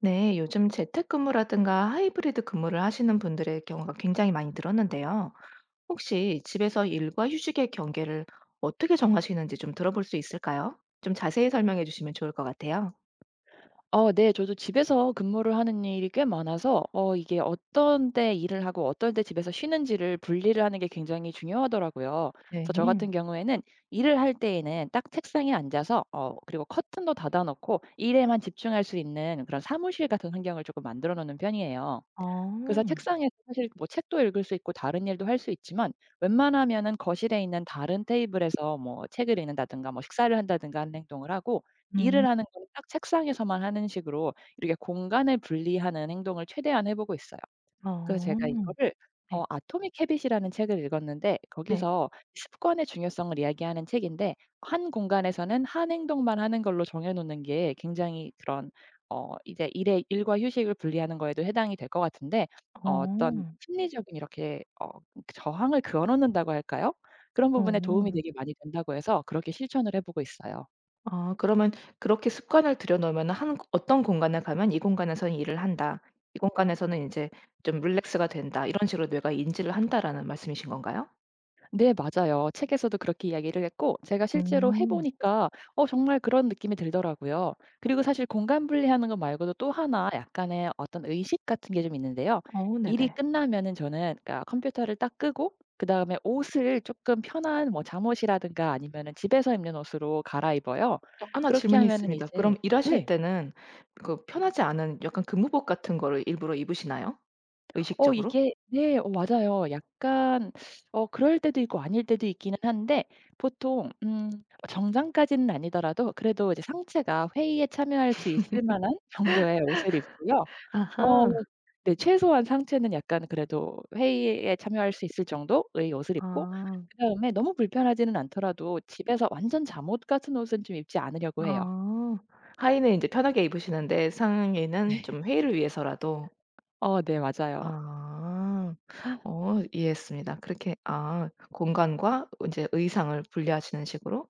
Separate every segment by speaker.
Speaker 1: 네, 요즘 재택근무라든가 하이브리드 근무를 하시는 분들의 경우가 굉장히 많이 늘었는데요. 혹시 집에서 일과 휴식의 경계를 어떻게 정하시는지 좀 들어볼 수 있을까요? 좀 자세히 설명해 주시면 좋을 것 같아요.
Speaker 2: 네. 저도 집에서 근무를 하는 일이 꽤 많아서 이게 어떤 때 일을 하고 어떤 때 집에서 쉬는지를 분리를 하는 게 굉장히 중요하더라고요. 그래서 저
Speaker 1: 네.
Speaker 2: 같은 경우에는 일을 할 때에는 딱 책상에 앉아서 그리고 커튼도 닫아 놓고 일에만 집중할 수 있는 그런 사무실 같은 환경을 조금 만들어 놓는 편이에요. 그래서
Speaker 1: 어.
Speaker 2: 책상에서 사실 뭐 책도 읽을 수 있고 다른 일도 할 수 있지만 웬만하면은 거실에 있는 다른 테이블에서 뭐 책을 읽는다든가 뭐 식사를 한다든가 하는 행동을 하고 일을
Speaker 1: 음.
Speaker 2: 하는 건 딱 책상에서만 하는 식으로 이렇게 공간을 분리하는 행동을 최대한 해 보고 있어요. 그래서
Speaker 1: 어.
Speaker 2: 제가 이거를
Speaker 1: 네.
Speaker 2: 아토믹 헤빗이라는 책을 읽었는데
Speaker 1: 네.
Speaker 2: 거기서 습관의 중요성을 이야기하는 책인데 한 공간에서는 한 행동만 하는 걸로 정해 놓는 게 굉장히 그런 이제 일의 일과 휴식을 분리하는 거에도 해당이 될 것 같은데 어떤
Speaker 1: 어.
Speaker 2: 심리적인 이렇게 저항을 그어 놓는다고 할까요? 그런 부분에 도움이
Speaker 1: 어.
Speaker 2: 되게 많이 된다고 해서 그렇게 실천을 해 보고 있어요.
Speaker 1: 아, 그러면 그렇게 습관을 들여놓으면 한 어떤 공간에 가면 이 공간에서는 일을 한다. 이 공간에서는 이제 좀 릴렉스가 된다. 이런 식으로 뇌가 인지를 한다라는 말씀이신 건가요?
Speaker 2: 네, 맞아요. 책에서도 그렇게 이야기를 했고 제가 실제로 해
Speaker 1: 음.
Speaker 2: 보니까 정말 그런 느낌이 들더라고요. 그리고 사실 공간 분리하는 것 말고도 또 하나 약간의 어떤 의식 같은 게 좀 있는데요.
Speaker 1: 어
Speaker 2: 일이
Speaker 1: 네네.
Speaker 2: 끝나면은 저는 그러니까 컴퓨터를 딱 끄고 그다음에 옷을 조금 편한 뭐 잠옷이라든가 아니면은 집에서 입는 옷으로 갈아입어요.
Speaker 1: 저 하나
Speaker 2: 그렇게
Speaker 1: 질문이
Speaker 2: 하면은
Speaker 1: 있습니다.
Speaker 2: 이제
Speaker 1: 그럼 일하실
Speaker 2: 네.
Speaker 1: 때는 그 편하지 않은 약간 근무복 같은 거를 일부러 입으시나요?
Speaker 2: 어
Speaker 1: 의식적으로?
Speaker 2: 이게 네 어 맞아요. 약간 그럴 때도 있고 아닐 때도 있기는 한데 보통 음, 정장까지는 아니더라도 그래도 이제 상체가 회의에 참여할 수 있을 만한 정도의 옷을 입고요. 어
Speaker 1: 아하.
Speaker 2: 네, 최소한 상체는 약간 그래도 회의에 참여할 수 있을 정도의 옷을 입고
Speaker 1: 아.
Speaker 2: 그다음에 너무 불편하지는 않더라도 집에서 완전 잠옷 같은 옷은 좀 입지 않으려고 해요.
Speaker 1: 아. 하의는 인제 편하게 입으시는데 상의는
Speaker 2: 네.
Speaker 1: 좀 회의를 위해서라도.
Speaker 2: 네, 맞아요.
Speaker 1: 아. 이해했습니다. 그렇게 아 공간과 인제 의상을 분리하시는 식으로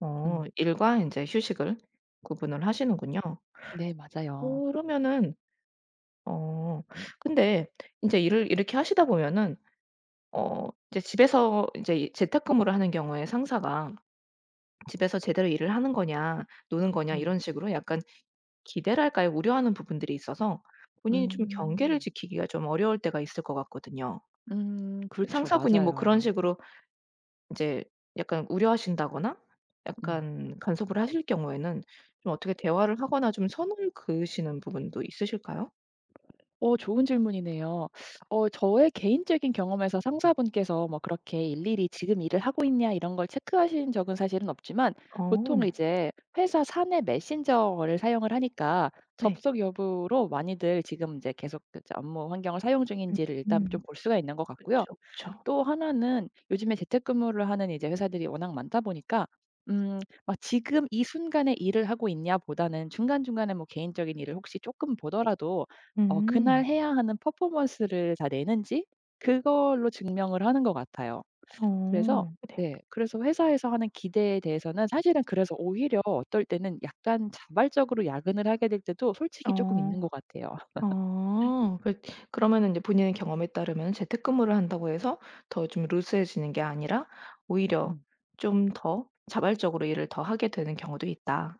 Speaker 1: 어
Speaker 2: 음.
Speaker 1: 일과 인제 휴식을 구분을 하시는군요.
Speaker 2: 네, 맞아요.
Speaker 1: 그러면은 어. 근데 인제 일을 이렇게 하시다 보면은 어 이제 집에서 이제 이 재택근무를 하는 경우에 상사가 집에서 제대로 일을 하는 거냐 노는 거냐 이런
Speaker 2: 음.
Speaker 1: 식으로 약간 기대랄까요? 우려하는 부분들이 있어서 본인이 좀 경계를
Speaker 2: 음.
Speaker 1: 지키기가 좀 어려울 때가 있을 것 같거든요.
Speaker 2: 그렇죠.
Speaker 1: 상사분이 뭐
Speaker 2: 맞아요.
Speaker 1: 그런 식으로 인제 약간 우려하신다거나
Speaker 2: 음.
Speaker 1: 약간 간섭을 하실 경우에는 좀 어떻게 대화를 하거나 좀 선을 그으시는 부분도 있으실까요?
Speaker 2: 좋은 질문이네요. 저의 개인적인 경험에서 상사분께서 뭐 그렇게 일일이 "지금 일을 하고 있냐?" 이런 걸 체크하신 적은 사실은 없지만
Speaker 1: 어
Speaker 2: 보통
Speaker 1: 네.
Speaker 2: 이제 회사 사내 메신저를 사용을 하니까
Speaker 1: 네.
Speaker 2: 접속 여부로 많이들 지금 이제 계속 그 업무 환경을 사용 중인지를 일단 좀
Speaker 1: 음.
Speaker 2: 볼 수가 있는 것 같고요.
Speaker 1: 그쵸, 그쵸.
Speaker 2: 또 하나는 요즘에 재택근무를 하는 이제 회사들이 워낙 많다 보니까 음 막 지금 이 순간에 일을 하고 있냐 보다는 중간중간에 뭐 개인적인 일을 혹시 조금 보더라도
Speaker 1: 음.
Speaker 2: 그날 해야 하는 퍼포먼스를 다 내는지 그걸로 증명을 하는 것 같아요. 그래서
Speaker 1: 어. 네.
Speaker 2: 네, 그래서 회사에서 하는 기대에 대해서는 사실은 그래서 오히려 어떨 때는 약간 자발적으로 야근을 하게 될 때도 솔직히 조금 있는
Speaker 1: 어.
Speaker 2: 것 같아요.
Speaker 1: 아. 그러면은 인제 본인의 경험에 따르면 재택근무를 한다고 해서 더 좀 루스해지는 게 아니라 오히려
Speaker 2: 음.
Speaker 1: 좀 더 자발적으로 일을 더 하게 되는 경우도 있다.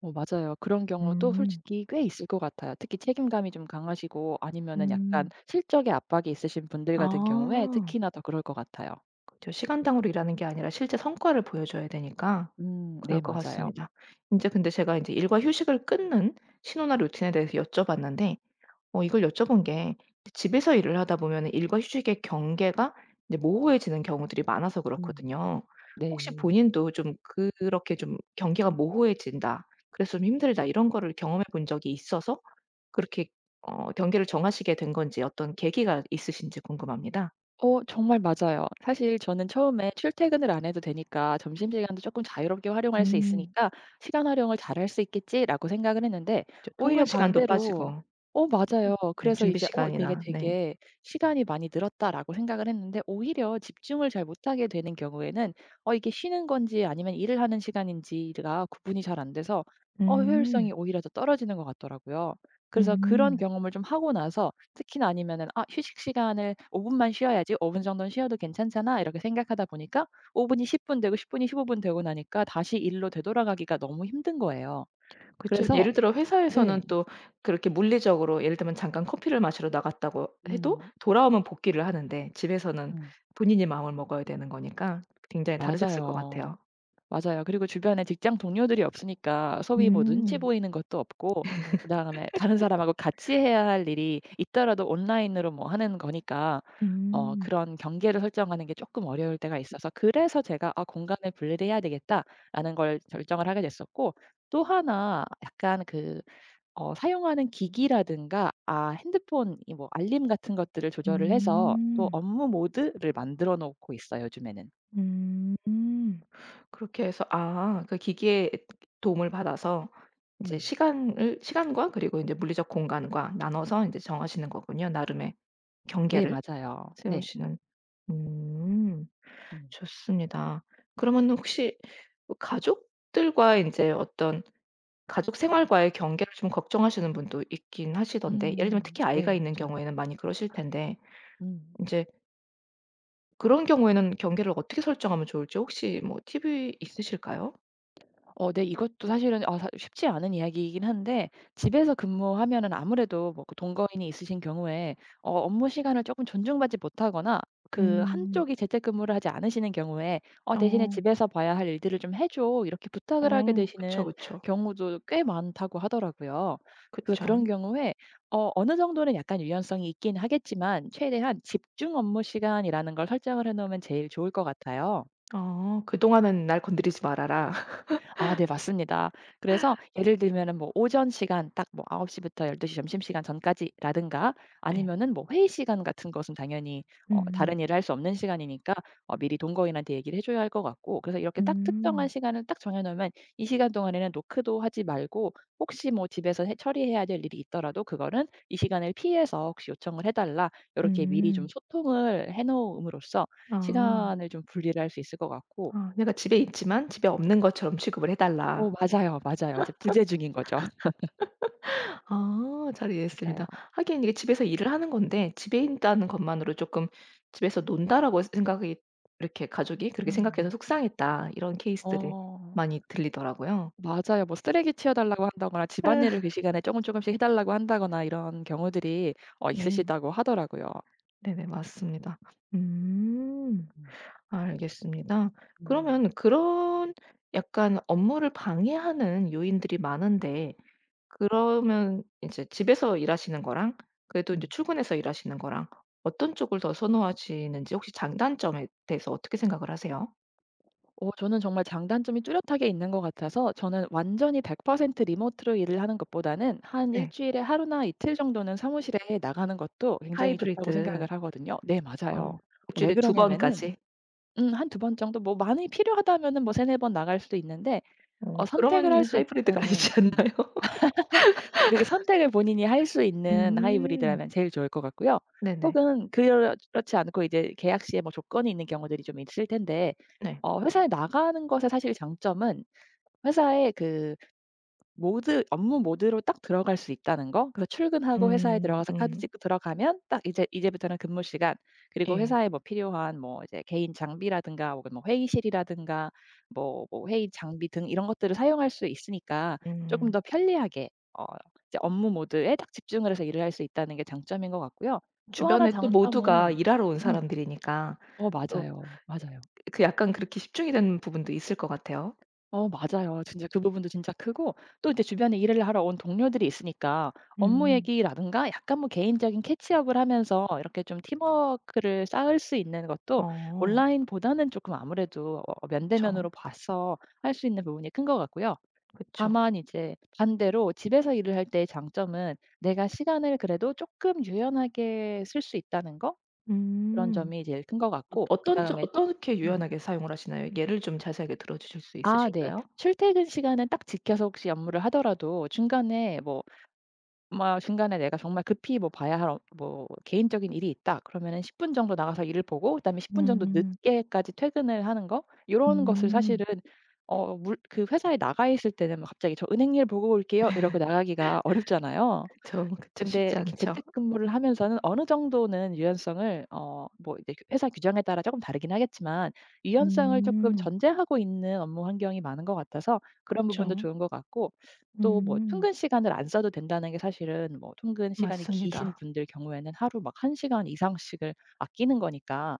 Speaker 2: 맞아요. 그런 경우도
Speaker 1: 음.
Speaker 2: 솔직히 꽤 있을 것 같아요. 특히 책임감이 좀 강하시고 아니면은 약간
Speaker 1: 음.
Speaker 2: 실적에 압박이 있으신 분들 같은 경우에
Speaker 1: 아.
Speaker 2: 특히나 더 그럴 것 같아요.
Speaker 1: 그죠. 시간당으로 일하는 게 아니라 실제 성과를 보여줘야 되니까
Speaker 2: 네
Speaker 1: 그럴 것
Speaker 2: 맞아요.
Speaker 1: 같습니다. 인제 근데 제가 인제 일과 휴식을 끊는 신호나 루틴에 대해서 여쭤봤는데 이걸 여쭤본 게 집에서 일을 하다 보면 일과 휴식의 경계가 이제 모호해지는 경우들이 많아서
Speaker 2: 음.
Speaker 1: 그렇거든요.
Speaker 2: 네.
Speaker 1: 혹시 본인도 좀 그렇게 좀 '경계가 모호해진다. 그래서 좀 힘들다.' 이런 거를 경험해 본 적이 있어서 그렇게 경계를 정하시게 된 건지 어떤 계기가 있으신지 궁금합니다.
Speaker 2: 정말 맞아요. 사실 저는 처음에 출퇴근을 안 해도 되니까 '점심시간도 조금 자유롭게 활용할 수
Speaker 1: 음.
Speaker 2: 있으니까 시간 활용을 잘 할 수 있겠지.'라고 생각을 했는데
Speaker 1: 저
Speaker 2: 오히려
Speaker 1: 통근 시간도
Speaker 2: 반대로
Speaker 1: 빠지고
Speaker 2: 맞아요.
Speaker 1: 네
Speaker 2: 그래서
Speaker 1: 준비
Speaker 2: 이제 '어 되게
Speaker 1: 시간이나 네.
Speaker 2: 되게 시간이 많이 늘었다.'라고 생각을 했는데 오히려 집중을 잘 못하게 되는 경우에는 이게 쉬는 건지 아니면 일을 하는 시간인지가 구분이 잘 안 돼서 효율성이
Speaker 1: 음.
Speaker 2: 오히려 더 떨어지는 것 같더라고요. 그래서 그런
Speaker 1: 음.
Speaker 2: 경험을 좀 하고 나서 특히나 아니면은 '아 휴식 시간을 5 분만 쉬어야지. 5분 정도는 쉬어도 괜찮잖아.' 이렇게 생각하다 보니까 5 분이 10분 되고 10 분이 15분 되고 나니까 다시 일로 되돌아가기가 너무 힘든 거예요.
Speaker 1: 그렇죠
Speaker 2: 그래서
Speaker 1: 예를 들어
Speaker 2: 예.
Speaker 1: 회사에서는 또 그렇게 물리적으로 예를 들면 잠깐 커피를 마시러 나갔다고 해도
Speaker 2: 음.
Speaker 1: 돌아오면 복귀를 하는데 집에서는
Speaker 2: 음.
Speaker 1: 본인이 마음을 먹어야 되는 거니까 굉장히 다르셨을 것
Speaker 2: 맞아요.
Speaker 1: 같아요.
Speaker 2: 맞아요. 그리고 주변에 직장 동료들이 없으니까 소위 뭐 눈치
Speaker 1: 음.
Speaker 2: 보이는 것도 없고 그다음에 다른 사람하고 같이 해야 할 일이 있더라도 온라인으로 뭐 하는 거니까
Speaker 1: 음.
Speaker 2: 그런 경계를 설정하는 게 쪼끔 어려울 때가 있어서 그래서 제가 '아 공간을 분리를 해야 되겠다.'라는 걸 결정을 하게 됐었고 또 하나 약간 그 사용하는 기기라든가 아 핸드폰 이 뭐 알림 같은 것들을 조절을 해서 또
Speaker 1: 음.
Speaker 2: 업무 모드를 만들어 놓고 있어요 요즘에는.
Speaker 1: 음. 그렇게 해서 아 그 기기의 도움을 받아서 이제
Speaker 2: 음.
Speaker 1: 시간을 시간과 그리고 인제 물리적 공간과 나눠서 인제 정하시는 거군요. 나름의
Speaker 2: 네,
Speaker 1: 경계를
Speaker 2: 맞아요. 네.
Speaker 1: 세우시는. 음.
Speaker 2: 음.
Speaker 1: 좋습니다. 그러면 혹시 뭐 가족들과 인제 어떤 가족 생활과의 경계를 좀 걱정하시는 분도 있긴 하시던데 예를 들면
Speaker 2: 음.
Speaker 1: 특히 아이가
Speaker 2: 네.
Speaker 1: 있는
Speaker 2: 맞아요.
Speaker 1: 경우에는 많이 그러실 텐데
Speaker 2: 음.
Speaker 1: 인제 그런 경우에는 경계를 어떻게 설정하면 좋을지 혹시 뭐 팁이 있으실까요?
Speaker 2: 네, 이것도 사실은 아 사 쉽지 않은 이야기이긴 한데 집에서 근무하면은 아무래도 뭐그 동거인이 있으신 경우에 업무 시간을 조금 존중받지 못하거나 그
Speaker 1: 음.
Speaker 2: 한쪽이 재택근무를 하지 않으시는 경우에 "어 대신에
Speaker 1: 어.
Speaker 2: 집에서 봐야 할 일들을 좀 해 줘." 이렇게 부탁을 하게
Speaker 1: 어. 그쵸,
Speaker 2: 되시는
Speaker 1: 그쵸.
Speaker 2: 경우도 꽤 많다고 하더라고요. 그래서
Speaker 1: 그쵸.
Speaker 2: 그런 경우에 어느 정도는 약간 유연성이 있긴 하겠지만 최대한 집중 업무 시간이라는 걸 설정을 해 놓으면 제일 좋을 것 같아요.
Speaker 1: 어. "그동안은 날 건드리지 말아라."
Speaker 2: 아 네, 맞습니다. 그래서 예를 들면은 뭐 오전 시간 딱 뭐9시 부터 12시 점심시간 전까지라든가
Speaker 1: 네.
Speaker 2: 아니면은 뭐 회의 시간 같은 것은 당연히 다른
Speaker 1: 음음.
Speaker 2: 일을 할 수 없는 시간이니까 미리 동거인한테 얘기를 해 줘야 할 것 같고 그래서 이렇게 딱 특정한
Speaker 1: 음.
Speaker 2: 시간을 딱 정해 놓으면 이 시간 동안에는 노크도 하지 말고 혹시 뭐 집에서 해 처리해야 될 일이 있더라도 그거는 이 시간을 피해서 혹시 요청을 해 달라 이렇게 미리 좀
Speaker 1: 음.
Speaker 2: 소통을 해 놓음으로써
Speaker 1: 아.
Speaker 2: 시간을 좀 분리를 할 수 있을 것 같고
Speaker 1: 아. "내가 집에 있지만 집에 없는 것처럼 취급을 해 달라."
Speaker 2: 오, 맞아요, 맞아요. 이제 부재중인 거죠.
Speaker 1: 아 잘
Speaker 2: 맞아요.
Speaker 1: 이해했습니다. 하긴 이게 집에서 일을 하는 건데 집에 있다는 것만으로 조금 '집에서 논다.'라고 생각이 이렇게 가족이 그렇게 생각해서
Speaker 2: 음.
Speaker 1: 속상했다 이런 케이스들이
Speaker 2: 어.
Speaker 1: 많이 들리더라고요.
Speaker 2: 맞아요. 뭐 쓰레기 치워 달라고 한다거나 집안일을 그 시간에 쪼금 쪼금씩 해 달라고 한다거나 이런 경우들이
Speaker 1: 네.
Speaker 2: 있으시다고 하더라고요.
Speaker 1: 네네 맞습니다. 음.
Speaker 2: 음.
Speaker 1: 알겠습니다.
Speaker 2: 음.
Speaker 1: 그러면 그런 약간 업무를 방해하는 요인들이 많은데 그러면 이제 집에서 일하시는 거랑 그래도 인제
Speaker 2: 음.
Speaker 1: 출근해서 일하시는 거랑 어떤 쪽을 더 선호하시는지 혹시 장단점에 대해서 어떻게 생각을 하세요?
Speaker 2: 저는 정말 장단점이 뚜렷하게 있는 것 같아서 저는 완전히 100% 리모트로 일을 하는 것보다는 한 일
Speaker 1: 네.
Speaker 2: 주일에 하루나 이틀 정도는 사무실에 나가는 것도 굉장히 좋다고
Speaker 1: 하이브리드
Speaker 2: 생각을 하거든요. 네, 맞아요.
Speaker 1: 어
Speaker 2: 어, 왜
Speaker 1: 일주일에 두
Speaker 2: 그러냐면은
Speaker 1: 번까지.
Speaker 2: 한 두 번 정도 뭐 많이 필요하다면은 뭐 세네 번 나갈 수도 있는데 선택을 할
Speaker 1: 그러면
Speaker 2: 수
Speaker 1: 하이브리드가
Speaker 2: 있다는
Speaker 1: 아니지 않나요?
Speaker 2: 그게 선택을 본인이 할 수 있는
Speaker 1: 음.
Speaker 2: 하이브리드라면 제일 좋을 것 같고요.
Speaker 1: 네네.
Speaker 2: 혹은 그렇지 않고 이제 계약 시에 뭐 조건이 있는 경우들이 좀 있을 텐데
Speaker 1: 네.
Speaker 2: 회사에 나가는 것의 사실 장점은 회사의 그 모드 업무 모드로 딱 들어갈 수 있다는 거. 그래서 출근하고 회사에
Speaker 1: 음
Speaker 2: 들어가서 카드
Speaker 1: 음.
Speaker 2: 찍고 들어가면 딱 이제 이제부터는 근무 시간. 그리고
Speaker 1: 예.
Speaker 2: 회사에 뭐 필요한 뭐 이제 개인 장비라든가 혹은 뭐 회의실이라든가 뭐 회의 장비 등 이런 것들을 사용할 수 있으니까 조금
Speaker 1: 음.
Speaker 2: 더 편리하게 어 이제 업무 모드에 딱 집중을 해서 일을 할 수 있다는 게 장점인 것 같고요. 또 하나
Speaker 1: 주변에 또 모두가
Speaker 2: 장점은
Speaker 1: 일하러 온
Speaker 2: 음.
Speaker 1: 사람들이니까 또
Speaker 2: 맞아요, 맞아요.
Speaker 1: 그 약간 그렇게 집중이 되는 부분도 있을 것 같아요.
Speaker 2: 맞아요. 진짜 그 부분도 진짜 크고 또 이제 주변에 일을 하러 온 동료들이 있으니까 업무
Speaker 1: 음.
Speaker 2: 얘기라든가 약간 뭐 개인적인 캐치업을 하면서 이렇게 좀 팀워크를 쌓을 수 있는 것도
Speaker 1: 어
Speaker 2: 온라인보다는 조금 아무래도
Speaker 1: 그쵸.
Speaker 2: 면대면으로 봐서 할 수 있는 부분이 큰 것 같고요.
Speaker 1: 그쵸.
Speaker 2: 다만 이제 반대로 집에서 일을 할 때의 장점은 내가 시간을 그래도 조금 유연하게 쓸 수 있다는 거? 그런
Speaker 1: 음.
Speaker 2: 점이 제일 큰 것
Speaker 1: 어
Speaker 2: 같고
Speaker 1: 어떤 저
Speaker 2: 그다음에
Speaker 1: 어떻게
Speaker 2: 음.
Speaker 1: 유연하게 사용을 하시나요? 예를 좀 자세하게 들어 주실 수
Speaker 2: 아 네.
Speaker 1: 있으실까요?
Speaker 2: 출퇴근 시간은 딱 지켜서 혹시 업무를 하더라도 중간에 내가 정말 급히 뭐 봐야 할 뭐 개인적인 일이 있다 그러면은 10분 정도 나가서 일을 보고 그다음에 10분 정도
Speaker 1: 음.
Speaker 2: 늦게까지 퇴근을 하는 거 이런 것을
Speaker 1: 음.
Speaker 2: 사실은 어 물 그 회사에 나가 있을 때는 막 갑자기 "저 은행 일 보고 올게요." 이러고 나가기가 어렵잖아요.
Speaker 1: 그쵸, 그쵸.
Speaker 2: 근데
Speaker 1: 쉽지
Speaker 2: 이렇게
Speaker 1: 않죠.
Speaker 2: 재택근무를 하면서는 어느 정도는 유연성을 어 뭐 이제 그 회사 규정에 따라 조금 다르긴 하겠지만 유연성을 조금
Speaker 1: 음.
Speaker 2: 전제하고 있는 업무 환경이 많은 것 같아서 그런 부분도
Speaker 1: 그쵸.
Speaker 2: 좋은 것 같고 또 뭐
Speaker 1: 음.
Speaker 2: 통근 시간을 안 써도 된다는 게 사실은 뭐 통근 시간이 기신
Speaker 1: 맞습니다.
Speaker 2: 분들 경우에는 하루 막 1 시간 이상씩을 아끼는 거니까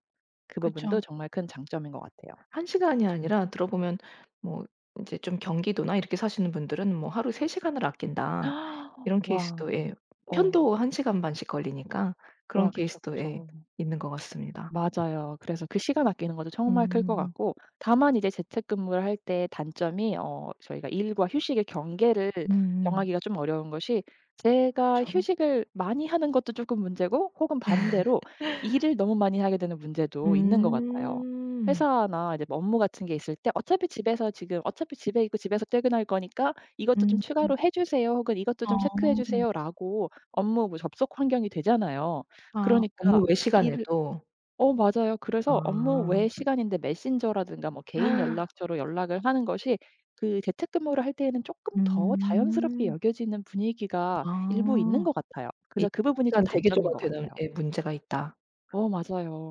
Speaker 2: 그 부분도
Speaker 1: 그쵸.
Speaker 2: 정말 큰 장점인 것 같아요.
Speaker 1: 한 시간이
Speaker 2: 음.
Speaker 1: 아니라 들어보면 뭐 인제 좀 경기도나 이렇게 사시는 분들은 뭐 하루 3시간 시간을 아낀다 이런
Speaker 2: 와.
Speaker 1: 케이스도 예
Speaker 2: 어.
Speaker 1: 편도 한 시간 반씩 걸리니까
Speaker 2: 와,
Speaker 1: 그런
Speaker 2: 그쵸,
Speaker 1: 케이스도 예
Speaker 2: 그쵸.
Speaker 1: 있는 것 같습니다.
Speaker 2: 맞아요. 그래서 그 시간 아끼는 것도 정말 클 것
Speaker 1: 음.
Speaker 2: 같고 다만 이제 재택근무를 할 때 단점이 저희가 일과 휴식의 경계를
Speaker 1: 음.
Speaker 2: 정하기가 좀 어려운 것이 제가
Speaker 1: 그쵸.
Speaker 2: 휴식을 많이 하는 것도 조금 문제고 혹은 반대로 일을 너무 많이 하게 되는 문제도 있는 것 같아요.
Speaker 1: 음.
Speaker 2: 회사나 이제 뭐 업무 같은 게 있을 때 "어차피 집에서 지금 어차피 집에 있고 집에서 퇴근할 거니까 이것도 좀
Speaker 1: 음.
Speaker 2: 추가로 해 주세요." 혹은 "이것도 좀 체크해
Speaker 1: 어.
Speaker 2: 주세요."라고 업무 뭐 접속 환경이 되잖아요.
Speaker 1: 아
Speaker 2: 그러니까
Speaker 1: 업무 외
Speaker 2: 일을
Speaker 1: 시간에도.
Speaker 2: 어 맞아요. 그래서 업무
Speaker 1: 아.
Speaker 2: 외 시간인데 메신저라든가 뭐 개인 연락처로 연락을 하는 것이 그 재택근무를 할 때에는 조금 더 자연스럽게
Speaker 1: 음.
Speaker 2: 여겨지는 분위기가 일부 있는
Speaker 1: 아.
Speaker 2: 것 같아요.
Speaker 1: 이
Speaker 2: 그래서 그 부분이 좀
Speaker 1: 시간
Speaker 2: 단점인
Speaker 1: 대기조가
Speaker 2: 것
Speaker 1: 되는
Speaker 2: 같아요.
Speaker 1: 예 문제가 있다.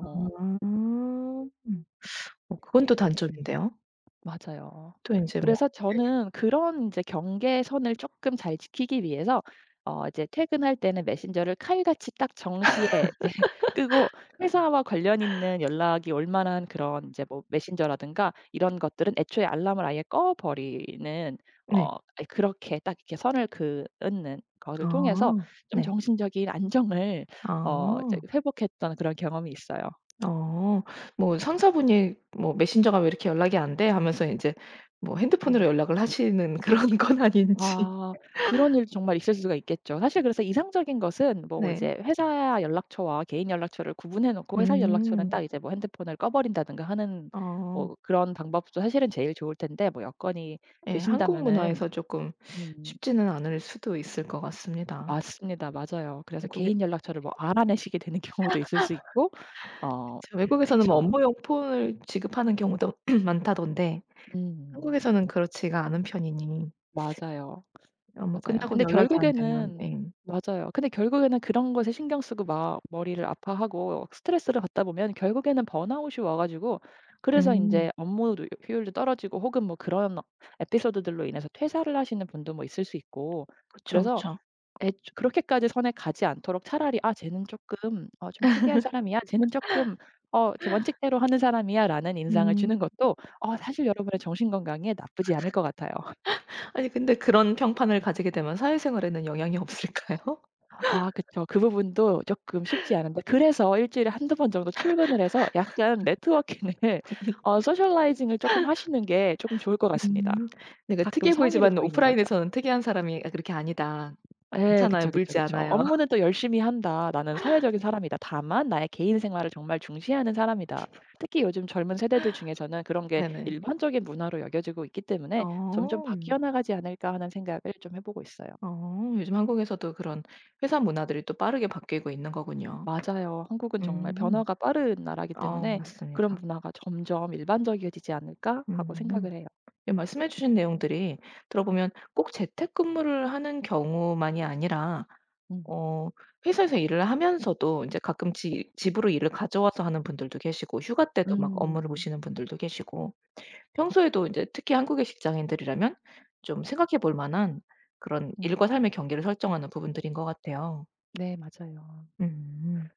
Speaker 1: 아. 음. 그건 또
Speaker 2: 어.
Speaker 1: 단점인데요.
Speaker 2: 맞아요.
Speaker 1: 또 인제 뭐
Speaker 2: 그래서 저는 그런 이제 경계선을 조금 잘 지키기 위해서 이제 퇴근할 때는 메신저를 칼같이 딱 정시에 이제 끄고 회사와 관련 있는 연락이 올 만한 그런 이제 뭐 메신저라든가 이런 것들은 애초에 알람을 아예 꺼 버리는 어
Speaker 1: 네.
Speaker 2: 아 그렇게 딱 이렇게 선을 그은 것을 통해서
Speaker 1: 아.
Speaker 2: 좀
Speaker 1: 네.
Speaker 2: 정신적인 안정을 이제
Speaker 1: 아.
Speaker 2: 회복했던 그런 경험이 있어요.
Speaker 1: 어. 뭐 상사분이 뭐 "메신저가 왜 이렇게 연락이 안 돼?" 하면서 인제 뭐 핸드폰으로
Speaker 2: 음.
Speaker 1: 연락을 하시는 그런 건 아닌지.
Speaker 2: 아. 그런 일도 정말 있을 수가 있겠죠. 사실 그래서 이상적인 것은 뭐
Speaker 1: 네.
Speaker 2: 이제 회사 연락처와 개인 연락처를 구분해 놓고 회사 연락처는
Speaker 1: 음.
Speaker 2: 딱 이제 뭐 핸드폰을 꺼 버린다든가 하는
Speaker 1: 어.
Speaker 2: 뭐 그런 방법도 사실은 제일 좋을 텐데 뭐 여건이
Speaker 1: 예. 한국
Speaker 2: 되신다면은
Speaker 1: 문화에서 조금
Speaker 2: 음
Speaker 1: 쉽지는 않을 수도 있을 것 같습니다.
Speaker 2: 맞습니다. 맞아요. 그래서
Speaker 1: 외국에
Speaker 2: 개인 연락처를 뭐
Speaker 1: 예
Speaker 2: 알아내시게 되는 경우도 있을 수 있고 어
Speaker 1: 그쵸. 외국에서는 뭐
Speaker 2: 그쵸.
Speaker 1: 업무용 폰을 지급하는 경우도 많다던데
Speaker 2: 음
Speaker 1: 한국에서는 그렇지가 않은 편이니
Speaker 2: 맞아요.
Speaker 1: 업무
Speaker 2: 맞아요.
Speaker 1: 끝나고
Speaker 2: 근데
Speaker 1: 연락이 안 되면
Speaker 2: 결국에는
Speaker 1: 예.
Speaker 2: 맞아요. 근데 결국에는 그런 것에 신경 쓰고 막 머리를 아파하고 스트레스를 받다 보면 결국에는 번아웃이 와 가지고 그래서
Speaker 1: 음.
Speaker 2: 인제 업무 누 효율도 떨어지고 혹은 뭐 그런 에피소드들로 인해서 퇴사를 하시는 분도 뭐 있을 수 있고
Speaker 1: 그쵸,
Speaker 2: 그래서
Speaker 1: 그쵸.
Speaker 2: 애초 그렇게까지 선에 가지 않도록 차라리 '아 쟤는 쪼끔 좀 특이한 사람이야. 쟤는 쪼끔 이렇게 원칙대로 하는 사람이야.'라는 인상을
Speaker 1: 음.
Speaker 2: 주는 것도 사실 여러분의 정신 건강에 나쁘지 않을 것 같아요.
Speaker 1: 아니 근데 그런 평판을 가지게 되면 사회생활에는 영향이 없을까요?
Speaker 2: 아 그쵸. 그 부분도 쪼끔 쉽지 않은데 그래서 일 주일에 한두 번 정도 출근을 해서 약간 네트워킹을 소셜라이징을 쪼끔 하시는 게 쪼끔 좋을 것 같습니다.
Speaker 1: 음. 그
Speaker 2: 가끔
Speaker 1: 특이해
Speaker 2: 성의를
Speaker 1: 보이지만
Speaker 2: 보이는 거죠.
Speaker 1: 오프라인에서는 특이한 사람이 "아 그렇게 아니다.
Speaker 2: 예.
Speaker 1: 괜찮아요.
Speaker 2: 그쵸, 그쵸,
Speaker 1: 물지
Speaker 2: 그쵸.
Speaker 1: 않아요."
Speaker 2: 업무는 또 열심히 한다. 나는 사회적인 사람이다. 다만 나의 개인 생활을 정말 중시하는 사람이다. 특히 요즘 젊은 세대들 중에서는 그런 게
Speaker 1: 네네.
Speaker 2: 일반적인 문화로 여겨지고 있기 때문에 점점
Speaker 1: 어.
Speaker 2: 바뀌어 나가지 않을까 하는 생각을 좀 해 보고 있어요.
Speaker 1: 어. 요즘 한국에서도 그런 회사 문화들이 또 빠르게 바뀌고 있는 거군요.
Speaker 2: 맞아요. 한국은 정말
Speaker 1: 음.
Speaker 2: 변화가 빠른 나라이기
Speaker 1: 아
Speaker 2: 때문에 '그런
Speaker 1: 맞습니다.
Speaker 2: 문화가 점점 일반적이어지지 않을까?' 하고
Speaker 1: 음.
Speaker 2: 생각을 해요.
Speaker 1: 예 말씀해 주신 내용들이 들어보면 꼭 재택근무를 하는 경우만이 아니라
Speaker 2: 음.
Speaker 1: 어 회사에서 일을 하면서도 이제 가끔 지 집으로 일을 가져와서 하는 분들도 계시고 휴가 때도 막 업무를
Speaker 2: 음.
Speaker 1: 보시는 분들도 계시고 평소에도 이제 특히 한국의 직장인들이라면 좀 생각해 볼 만한 그런
Speaker 2: 음.
Speaker 1: 일과 삶의 경계를 설정하는 부분들인 것 같아요.
Speaker 2: 네, 맞아요.
Speaker 1: 음.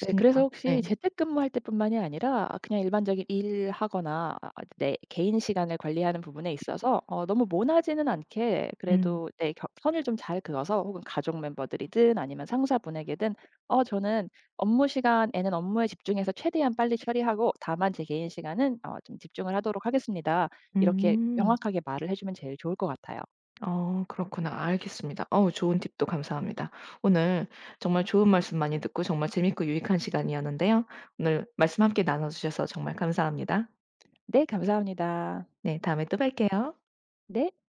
Speaker 2: 네. 그래서 혹시
Speaker 1: 네.
Speaker 2: 재택근무할 때뿐만이 아니라 그냥 일반적인 일하거나 아, 내 개인 시간을 관리하는 부분에 있어서 너무 모나지는 않게
Speaker 1: 음.
Speaker 2: 그래도 내 겨 선을 좀 잘 그어서 혹은 가족 멤버들이든 아니면 상사분에게든 "어 저는 업무 시간에는 업무에 집중해서 최대한 빨리 처리하고 다만 제 개인 시간은 좀 집중을 하도록 하겠습니다." 이렇게
Speaker 1: 음.
Speaker 2: 명확하게 말을 해 주면 제일 좋을 것 같아요.
Speaker 1: 그렇구나. 알겠습니다. 어우 좋은 팁도 감사합니다. 오늘 정말 좋은 말씀 많이 듣고 정말 재밌고 유익한 시간이었는데요. 오늘 말씀 함께 나눠 주셔서 정말 감사합니다.
Speaker 2: 네. 감사합니다.
Speaker 1: 네 다음에 또 뵐게요.
Speaker 2: 네.